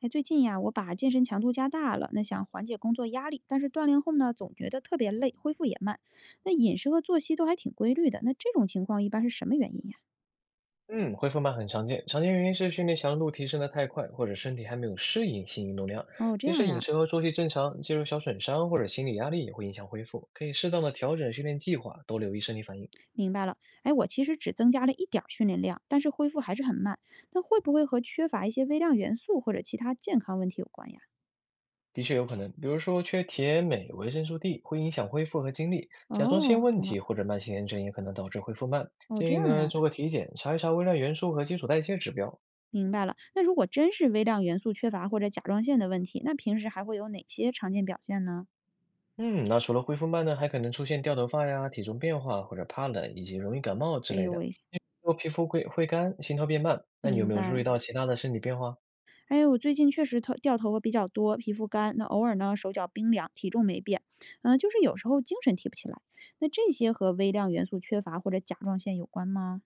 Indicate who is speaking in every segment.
Speaker 1: 哎，最近呀，我把健身强度加大了，那想缓解工作压力，但是锻炼后呢，总觉得特别累，恢复也慢。那饮食和作息都还挺规律的，那这种情况一般是什么原因呀？
Speaker 2: 嗯，恢复慢很常见，常见原因是训练强度提升的太快，或者身体还没有适应新运动量。
Speaker 1: 哦，这
Speaker 2: 其
Speaker 1: 样
Speaker 2: 实饮
Speaker 1: 啊，
Speaker 2: 食和作息正常，肌肉小损伤或者心理压力也会影响恢复，可以适当的调整训练计划，多留意身体反应。
Speaker 1: 明白了。哎，我其实只增加了一点儿训练量，但是恢复还是很慢。那会不会和缺乏一些微量元素或者其他健康问题有关呀？
Speaker 2: 的确有可能，比如说缺铁、镁、维生素 D 会影响恢复和精力，甲状腺
Speaker 1: 哦，
Speaker 2: 问
Speaker 1: 懂了。
Speaker 2: 题或者慢性炎症也可能导致恢复慢。
Speaker 1: 哦，
Speaker 2: 建
Speaker 1: 这
Speaker 2: 议
Speaker 1: 样
Speaker 2: 呢
Speaker 1: 啊，
Speaker 2: 做个体检，查一查微量元素和基础代谢指标。
Speaker 1: 明白了。那如果真是微量元素缺乏或者甲状腺的问题，那平时还会有哪些常见表现呢？
Speaker 2: 嗯，那除了恢复慢呢，还可能出现掉头发呀、体重变化或者怕冷以及容易感冒之
Speaker 1: 哎
Speaker 2: 类
Speaker 1: 呦
Speaker 2: 的。
Speaker 1: 喂，
Speaker 2: 如果皮肤会干，心跳变慢，那你有
Speaker 1: 明
Speaker 2: 没有注意
Speaker 1: 白。
Speaker 2: 到其他的身体变化？
Speaker 1: 哎，我最近确实头掉头发比较多，皮肤干，那偶尔呢手脚冰凉，体重没变，嗯、就是有时候精神提不起来。那这些和微量元素缺乏或者甲状腺有关吗？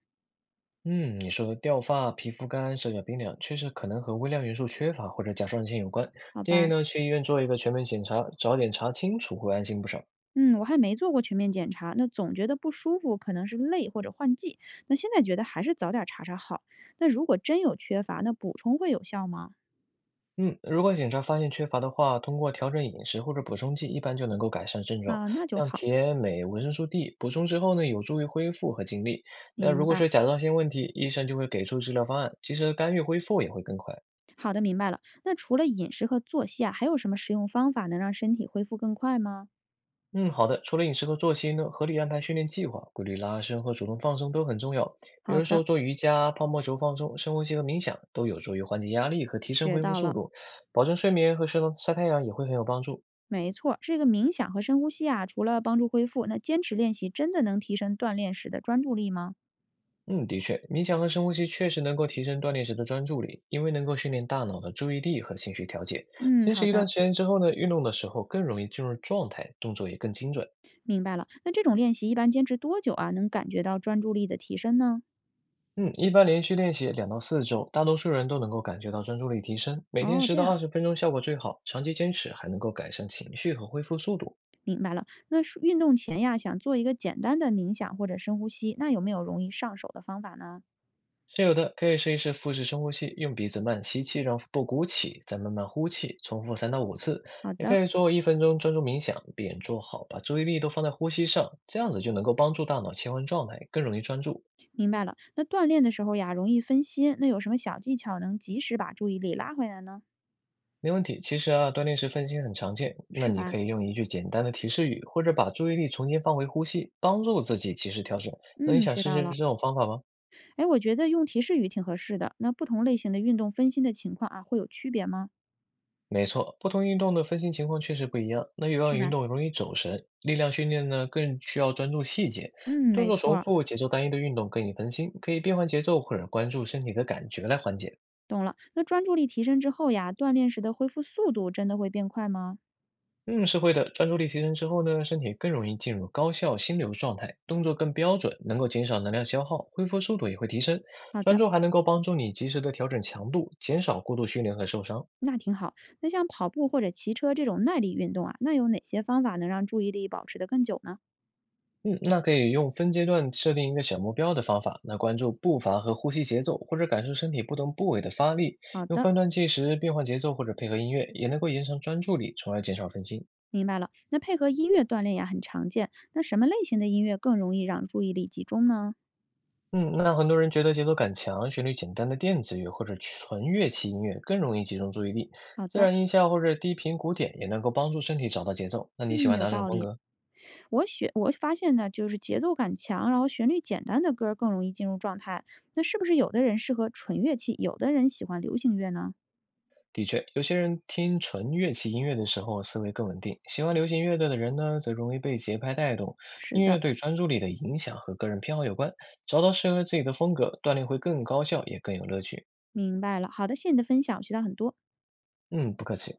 Speaker 2: 嗯，你说的掉发、皮肤干、手脚冰凉，确实可能和微量元素缺乏或者甲状腺有关。
Speaker 1: 好
Speaker 2: 建议
Speaker 1: 吧，
Speaker 2: 呢去医院做一个全面检查，早点查清楚会安心不少。
Speaker 1: 嗯，我还没做过全面检查，那总觉得不舒服，可能是累或者换季。那现在觉得还是早点查查好。那如果真有缺乏，那补充会有效吗？
Speaker 2: 嗯，如果检查发现缺乏的话，通过调整饮食或者补充剂，一般就能够改善症状。
Speaker 1: 啊，那就
Speaker 2: 像
Speaker 1: 好，
Speaker 2: 铁、镁、维生素 D 补充之后呢，有助于恢复和精力。那如
Speaker 1: 明
Speaker 2: 果
Speaker 1: 白。
Speaker 2: 是甲状腺问题，医生就会给出治疗方案，及时干预恢复也会更快。
Speaker 1: 好的，明白了。那除了饮食和作息啊，还有什么食用方法能让身体恢复更快吗？
Speaker 2: 嗯，好的。除了饮食和作息呢，合理安排训练计划，规律拉伸和主动放松都很重要。比
Speaker 1: 好
Speaker 2: 如说
Speaker 1: 的，
Speaker 2: 做瑜伽、泡沫轴放松、深呼吸和冥想，都有助于缓解压力和提升
Speaker 1: 学
Speaker 2: 恢复
Speaker 1: 到
Speaker 2: 速
Speaker 1: 了。
Speaker 2: 度。保证睡眠和适当晒太阳也会很有帮助。
Speaker 1: 没错这个冥想和深呼吸啊，除了帮助恢复，那坚持练习真的能提升锻炼时的专注力吗？
Speaker 2: 嗯，的确，冥想和深呼吸确实能够提升锻炼时的专注力，因为能够训练大脑的注意力和情绪调节。
Speaker 1: 嗯，
Speaker 2: 坚
Speaker 1: 好
Speaker 2: 持一段
Speaker 1: 的，
Speaker 2: 时间之后呢，运动的时候更容易进入状态，动作也更精准。
Speaker 1: 明白了。那这种练习一般坚持多久啊，能感觉到专注力的提升呢？
Speaker 2: 嗯，一般连续练习2到4周，大多数人都能够感觉到专注力提升。每天
Speaker 1: 哦，
Speaker 2: 十
Speaker 1: 这
Speaker 2: 到
Speaker 1: 样
Speaker 2: 二十分钟效果最好，长期坚持还能够改善情绪和恢复速度。
Speaker 1: 明白了。那是运动前呀，想做一个简单的冥想或者深呼吸，那有没有容易上手的方法呢？
Speaker 2: 是有的，可以试一试腹式深呼吸，用鼻子慢吸气，让腹部鼓起，再慢慢呼气，重复3到5次。
Speaker 1: 好
Speaker 2: 也可
Speaker 1: 的，
Speaker 2: 以做1分钟专注冥想，闭眼坐好，把注意力都放在呼吸上，这样子就能够帮助大脑切换状态，更容易专注。
Speaker 1: 明白了。那锻炼的时候呀，容易分心，那有什么小技巧能及时把注意力拉回来呢？
Speaker 2: 没问题，其实啊，锻炼时分心很常见，那
Speaker 1: 是
Speaker 2: 你
Speaker 1: 吧？
Speaker 2: 可以用一句简单的提示语，或者把注意力重新放回呼吸，帮助自己及时调整。那你
Speaker 1: 嗯，
Speaker 2: 想
Speaker 1: 学
Speaker 2: 试
Speaker 1: 到
Speaker 2: 试
Speaker 1: 了。
Speaker 2: 这种方法吗？
Speaker 1: 哎，我觉得用提示语挺合适的。那不同类型的运动分心的情况啊，会有区别吗？
Speaker 2: 没错，不同运动的分心情况确实不一样。那有
Speaker 1: 是
Speaker 2: 氧运
Speaker 1: 吧？
Speaker 2: 动容易走神，力量训练呢更需要专注细节，
Speaker 1: 嗯，
Speaker 2: 动
Speaker 1: 没
Speaker 2: 作
Speaker 1: 错
Speaker 2: 重
Speaker 1: 儿，
Speaker 2: 复、节奏单一的运动更易分心，可以变换节奏或者关注身体的感觉来缓解。
Speaker 1: 懂了。那专注力提升之后呀，锻炼时的恢复速度真的会变快吗？
Speaker 2: 嗯，是会的。专注力提升之后呢，身体更容易进入高效心流状态，动作更标准，能够减少能量消耗，恢复速度也会提升。
Speaker 1: 好
Speaker 2: 专
Speaker 1: 的，
Speaker 2: 注还能够帮助你及时的调整强度，减少过度训练和受伤。
Speaker 1: 那挺好。那像跑步或者骑车这种耐力运动啊，那有哪些方法能让注意力保持得更久呢？
Speaker 2: 嗯，那可以用分阶段设定一个小目标的方法，那关注步伐和呼吸节奏，或者感受身体不同部位的发力，
Speaker 1: 好
Speaker 2: 用
Speaker 1: 的，
Speaker 2: 分段计时变换节奏或者配合音乐，也能够延长专注力，从而减少分心。
Speaker 1: 明白了。那配合音乐锻炼呀，很常见。那什么类型的音乐更容易让注意力集中呢？
Speaker 2: 嗯，那很多人觉得节奏感强、旋律简单的电子乐或者纯乐器音乐更容易集中注意力，
Speaker 1: 好
Speaker 2: 自
Speaker 1: 的，
Speaker 2: 然音效或者低频鼓点也能够帮助身体找到节奏。那你喜
Speaker 1: 嗯，
Speaker 2: 欢
Speaker 1: 有
Speaker 2: 哪种
Speaker 1: 道
Speaker 2: 风
Speaker 1: 理。
Speaker 2: 格？
Speaker 1: 我发现呢，就是节奏感强，然后旋律简单的歌儿更容易进入状态。那是不是有的人适合纯乐器，有的人喜欢流行乐呢？
Speaker 2: 的确，有些人听纯乐器音乐的时候思维更稳定，喜欢流行乐队的人呢，则容易被节拍带动。
Speaker 1: 是
Speaker 2: 音
Speaker 1: 的，
Speaker 2: 乐对专注力的影响和个人偏好有关，找到适合自己的风格，锻炼会更高效，也更有乐趣。
Speaker 1: 明白了。好的，谢谢你的分享，我学到很多。
Speaker 2: 嗯，不客气。